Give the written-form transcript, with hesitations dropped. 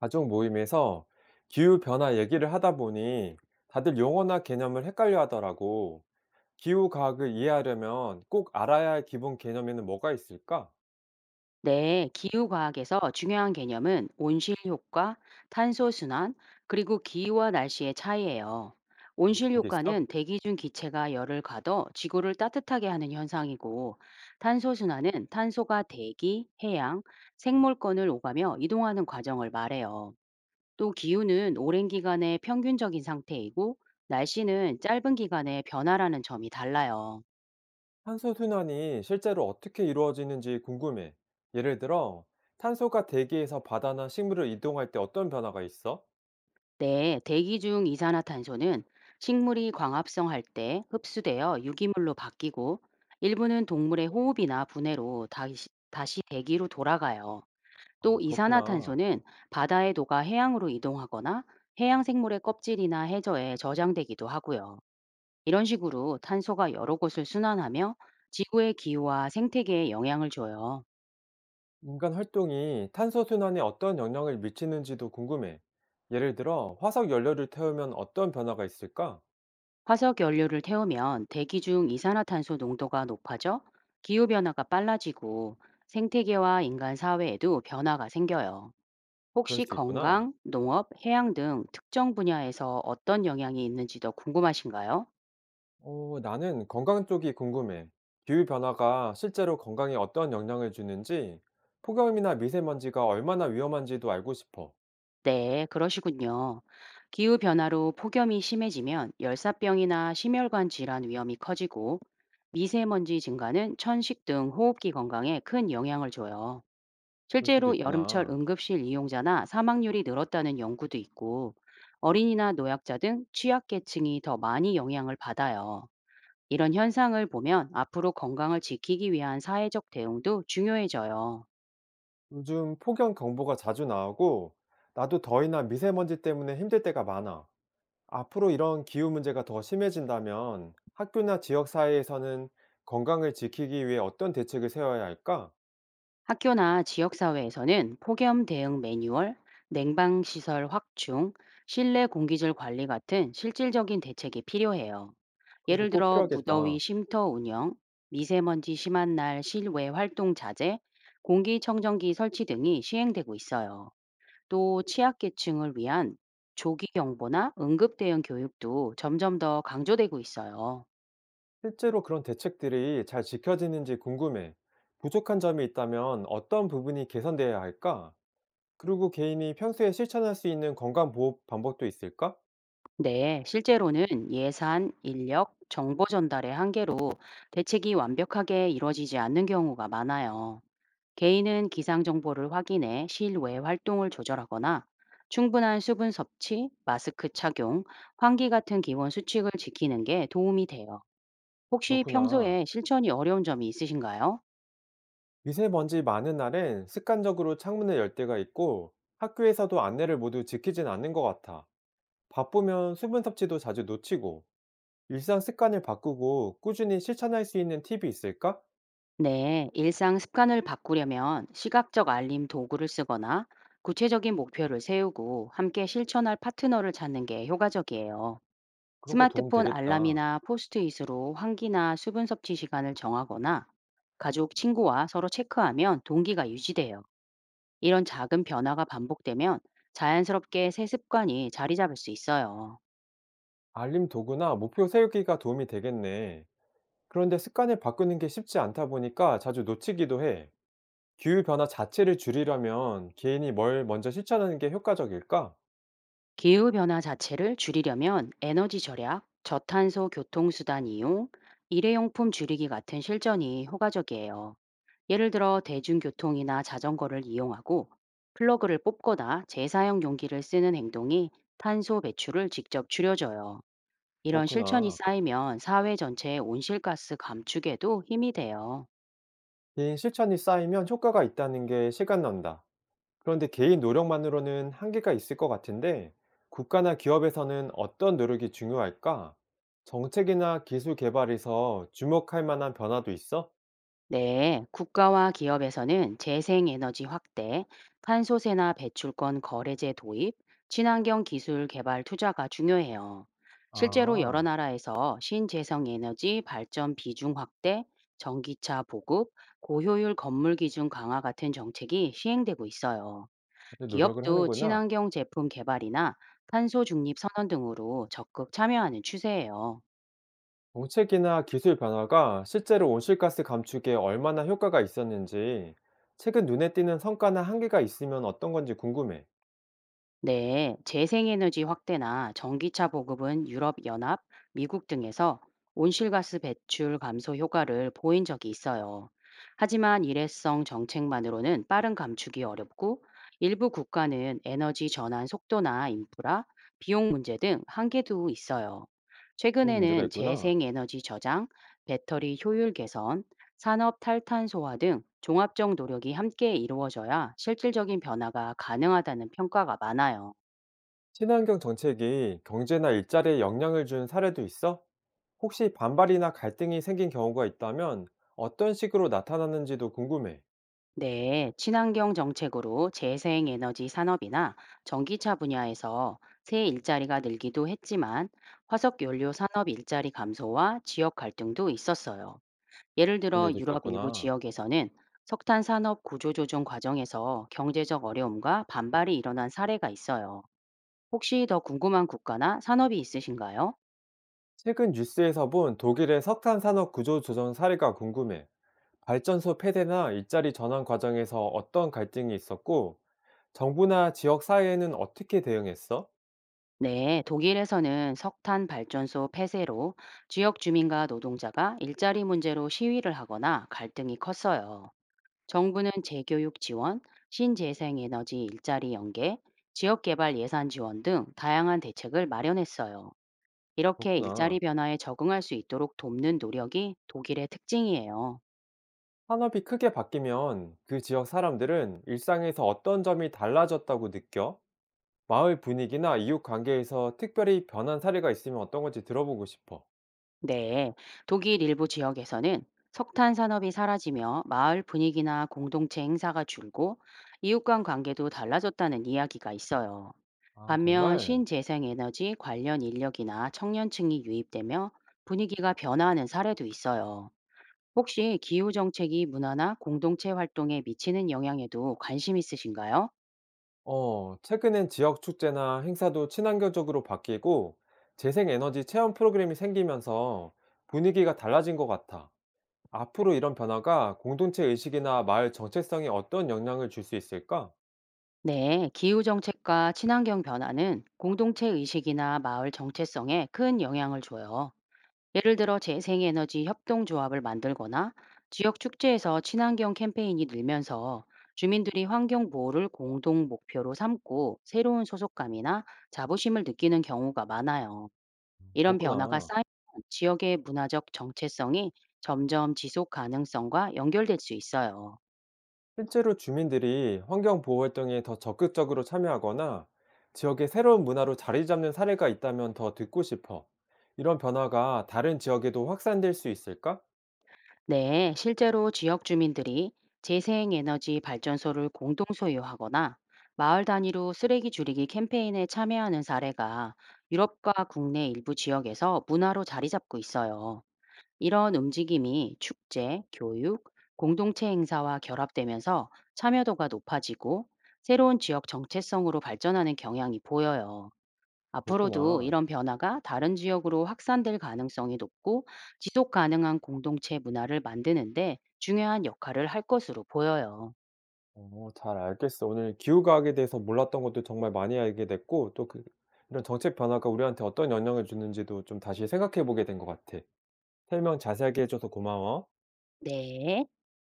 가족 모임에서 기후변화 얘기를 하다 보니 다들 용어나 개념을 헷갈려 하더라고. 기후과학을 이해하려면 꼭 알아야 할 기본 개념에는 뭐가 있을까? 네, 기후과학에서 중요한 개념은 온실효과, 탄소순환, 그리고 기후와 날씨의 차이예요. 그런 게 있어? 온실효과는 대기 중 기체가 열을 가둬 지구를 따뜻하게 하는 현상이고, 탄소순환은 탄소가 대기, 해양, 생물권을 오가며 이동하는 과정을 말해요. 또 기후는 오랜 기간의 평균적인 상태이고, 날씨는 짧은 기간의 변화라는 점이 달라요. 탄소순환이 실제로 어떻게 이루어지는지 궁금해. 예를 들어, 탄소가 대기에서 바다나 식물을 이동할 때 어떤 변화가 있어? 네, 대기 중 이산화탄소는 식물이 광합성할 때 흡수되어 유기물로 바뀌고 일부는 동물의 호흡이나 분해로 다시 대기로 돌아가요. 아, 또 그렇구나. 이산화탄소는 바다에 녹아 해양으로 이동하거나 해양 생물의 껍질이나 해저에 저장되기도 하고요. 이런 식으로 탄소가 여러 곳을 순환하며 지구의 기후와 생태계에 영향을 줘요. 인간 활동이 탄소순환에 어떤 영향을 미치는지도 궁금해. 예를 들어, 화석 연료를 태우면 어떤 변화가 있을까? 화석 연료를 태우면 대기 중 이산화탄소 농도가 높아져 기후 변화가 빨라지고 생태계와 인간 사회에도 변화가 생겨요. 그럴 혹시 수 있구나. 건강, 농업, 해양 등 특정 분야에서 어떤 영향이 있는지 더 궁금하신가요? 나는 건강 쪽이 궁금해. 기후 변화가 실제로 건강에 어떤 영향을 주는지, 폭염이나 미세먼지가 얼마나 위험한지도 알고 싶어. 네, 그러시군요. 기후 변화로 폭염이 심해지면 열사병이나 심혈관 질환 위험이 커지고 미세먼지 증가는 천식 등 호흡기 건강에 큰 영향을 줘요. 그럴 수도 실제로 여름철 있구나. 응급실 이용자나 사망률이 늘었다는 연구도 있고 어린이나 노약자 등 취약계층이 더 많이 영향을 받아요. 이런 현상을 보면 앞으로 건강을 지키기 위한 사회적 대응도 중요해져요. 요즘 폭염 경보가 자주 나오고, 나도 더위나 미세먼지 때문에 힘들 때가 많아. 앞으로 이런 기후 문제가 더 심해진다면 학교나 지역 사회에서는 건강을 지키기 위해 어떤 대책을 세워야 할까? 학교나 지역사회에서는 폭염 대응 매뉴얼, 냉방시설 확충, 실내 공기질 관리 같은 실질적인 대책이 필요해요. 그런 거 예를 꼭 들어 무더위 필요하겠다. 쉼터 운영, 미세먼지 심한 날 실외 활동 자제, 공기청정기 설치 등이 시행되고 있어요. 또 취약계층을 위한 조기 경보나 응급 대응 교육도 점점 더 강조되고 있어요. 실제로 그런 대책들이 잘 지켜지는지 궁금해. 부족한 점이 있다면 어떤 부분이 개선돼야 할까? 그리고 개인이 평소에 실천할 수 있는 건강 보호 방법도 있을까? 네, 실제로는 예산, 인력, 정보 전달의 한계로 대책이 완벽하게 이루어지지 않는 경우가 많아요. 개인은 기상 정보를 확인해 실외 활동을 조절하거나 충분한 수분 섭취, 마스크 착용, 환기 같은 기본 수칙을 지키는 게 도움이 돼요. 혹시 그렇구나. 평소에 실천이 어려운 점이 있으신가요? 미세먼지 많은 날엔 습관적으로 창문을 열 때가 있고 학교에서도 안내를 모두 지키진 않는 것 같아. 바쁘면 수분 섭취도 자주 놓치고 일상 습관을 바꾸고 꾸준히 실천할 수 있는 팁이 있을까? 네, 일상 습관을 바꾸려면 시각적 알림 도구를 쓰거나 구체적인 목표를 세우고 함께 실천할 파트너를 찾는 게 효과적이에요. 그런 거 도움 스마트폰 되겠다. 알람이나 포스트잇으로 환기나 수분 섭취 시간을 정하거나 가족, 친구와 서로 체크하면 동기가 유지돼요. 이런 작은 변화가 반복되면 자연스럽게 새 습관이 자리 잡을 수 있어요. 알림 도구나 목표 세우기가 도움이 되겠네. 그런데 습관을 바꾸는 게 쉽지 않다 보니까 자주 놓치기도 해. 기후 변화 자체를 줄이려면 개인이 뭘 먼저 실천하는 게 효과적일까? 기후 변화 자체를 줄이려면 에너지 절약, 저탄소 교통수단 이용, 일회용품 줄이기 같은 실천이 효과적이에요. 예를 들어 대중교통이나 자전거를 이용하고 플러그를 뽑거나 재사용 용기를 쓰는 행동이 탄소 배출을 직접 줄여줘요. 이런 실천이 그렇구나. 쌓이면 사회 전체의 온실가스 감축에도 힘이 돼요. 개인 실천이 쌓이면 효과가 있다는 게 실감난다. 그런데 개인 노력만으로는 한계가 있을 것 같은데 국가나 기업에서는 어떤 노력이 중요할까? 정책이나 기술 개발에서 주목할 만한 변화도 있어? 네, 국가와 기업에서는 재생에너지 확대, 탄소세나 배출권 거래제 도입, 친환경 기술 개발 투자가 중요해요. 실제로 여러 아, 나라에서 신재생에너지 발전 비중 확대, 전기차 보급, 고효율 건물 기준 강화 같은 정책이 시행되고 있어요. 다들 노력을 기업도 하는구나. 친환경 제품 개발이나 탄소 중립 선언 등으로 적극 참여하는 추세예요. 정책이나 기술 변화가 실제로 온실가스 감축에 얼마나 효과가 있었는지, 최근 눈에 띄는 성과나 한계가 있으면 어떤 건지 궁금해. 네, 재생에너지 확대나 전기차 보급은 유럽연합, 미국 등에서 온실가스 배출 감소 효과를 보인 적이 있어요. 하지만 일회성 정책만으로는 빠른 감축이 어렵고 일부 국가는 에너지 전환 속도나 인프라, 비용 문제 등 한계도 있어요. 그런 문제가 최근에는 있구나. 재생에너지 저장, 배터리 효율 개선, 산업 탈탄소화 등 종합적 노력이 함께 이루어져야 실질적인 변화가 가능하다는 평가가 많아요. 친환경 정책이 경제나 일자리에 영향을 준 사례도 있어? 혹시 반발이나 갈등이 생긴 경우가 있다면 어떤 식으로 나타나는지도 궁금해. 네, 친환경 정책으로 재생에너지 산업이나 전기차 분야에서 새 일자리가 늘기도 했지만 화석연료 산업 일자리 감소와 지역 갈등도 있었어요. 예를 그런 들어 일도 유럽 일부 있었구나. 지역에서는 석탄 산업 구조 조정 과정에서 경제적 어려움과 반발이 일어난 사례가 있어요. 혹시 더 궁금한 국가나 산업이 있으신가요? 최근 뉴스에서 본 독일의 석탄 산업 구조 조정 사례가 궁금해. 발전소 폐쇄나 일자리 전환 과정에서 어떤 갈등이 있었고, 정부나 지역 사회는 어떻게 대응했어? 네, 독일에서는 석탄 발전소 폐쇄로 지역 주민과 노동자가 일자리 문제로 시위를 하거나 갈등이 컸어요. 정부는 재교육 지원, 신재생 에너지 일자리 연계, 지역 개발 예산 지원 등 다양한 대책을 마련했어요. 이렇게 일자리 그렇구나. 변화에 적응할 수 있도록 돕는 노력이 독일의 특징이에요. 산업이 크게 바뀌면 그 지역 사람들은 일상에서 어떤 점이 달라졌다고 느껴? 마을 분위기나 이웃 관계에서 특별히 변한 사례가 있으면 어떤 건지 들어보고 싶어. 네, 독일 일부 지역에서는 석탄 산업이 사라지며 마을 분위기나 공동체 행사가 줄고 이웃 간 관계도 달라졌다는 이야기가 있어요. 아, 반면 정말? 신재생에너지 관련 인력이나 청년층이 유입되며 분위기가 변화하는 사례도 있어요. 혹시 기후 정책이 문화나 공동체 활동에 미치는 영향에도 관심 있으신가요? 최근엔 지역 축제나 행사도 친환경적으로 바뀌고 재생에너지 체험 프로그램이 생기면서 분위기가 달라진 것 같아. 앞으로 이런 변화가 공동체 의식이나 마을 정체성에 어떤 영향을 줄 수 있을까? 네, 기후 정책과 친환경 변화는 공동체 의식이나 마을 정체성에 큰 영향을 줘요. 예를 들어 재생에너지 협동조합을 만들거나 지역 축제에서 친환경 캠페인이 늘면서 주민들이 환경 보호를 공동 목표로 삼고 새로운 소속감이나 자부심을 느끼는 경우가 많아요. 이런 변화가 그렇구나. 쌓이면 지역의 문화적 정체성이 점점 지속 가능성과 연결될 수 있어요. 실제로 주민들이 환경 보호 활동에 더 적극적으로 참여하거나 지역의 새로운 문화로 자리 잡는 사례가 있다면 더 듣고 싶어. 이런 변화가 다른 지역에도 확산될 수 있을까? 네, 실제로 지역 주민들이 재생에너지 발전소를 공동 소유하거나 마을 단위로 쓰레기 줄이기 캠페인에 참여하는 사례가 유럽과 국내 일부 지역에서 문화로 자리 잡고 있어요. 이런 움직임이 축제, 교육, 공동체 행사와 결합되면서 참여도가 높아지고 새로운 지역 정체성으로 발전하는 경향이 보여요. 앞으로도 그렇구나. 이런 변화가 다른 지역으로 확산될 가능성이 높고 지속 가능한 공동체 문화를 만드는데 중요한 역할을 할 것으로 보여요. 잘 알겠어. 오늘 기후과학에 대해서 몰랐던 것도 정말 많이 알게 됐고, 이런 정책 변화가 우리한테 어떤 영향을 주는지도 좀 다시 생각해 보게 된 것 같아. 설명 자세하게 해줘서 고마워. 네.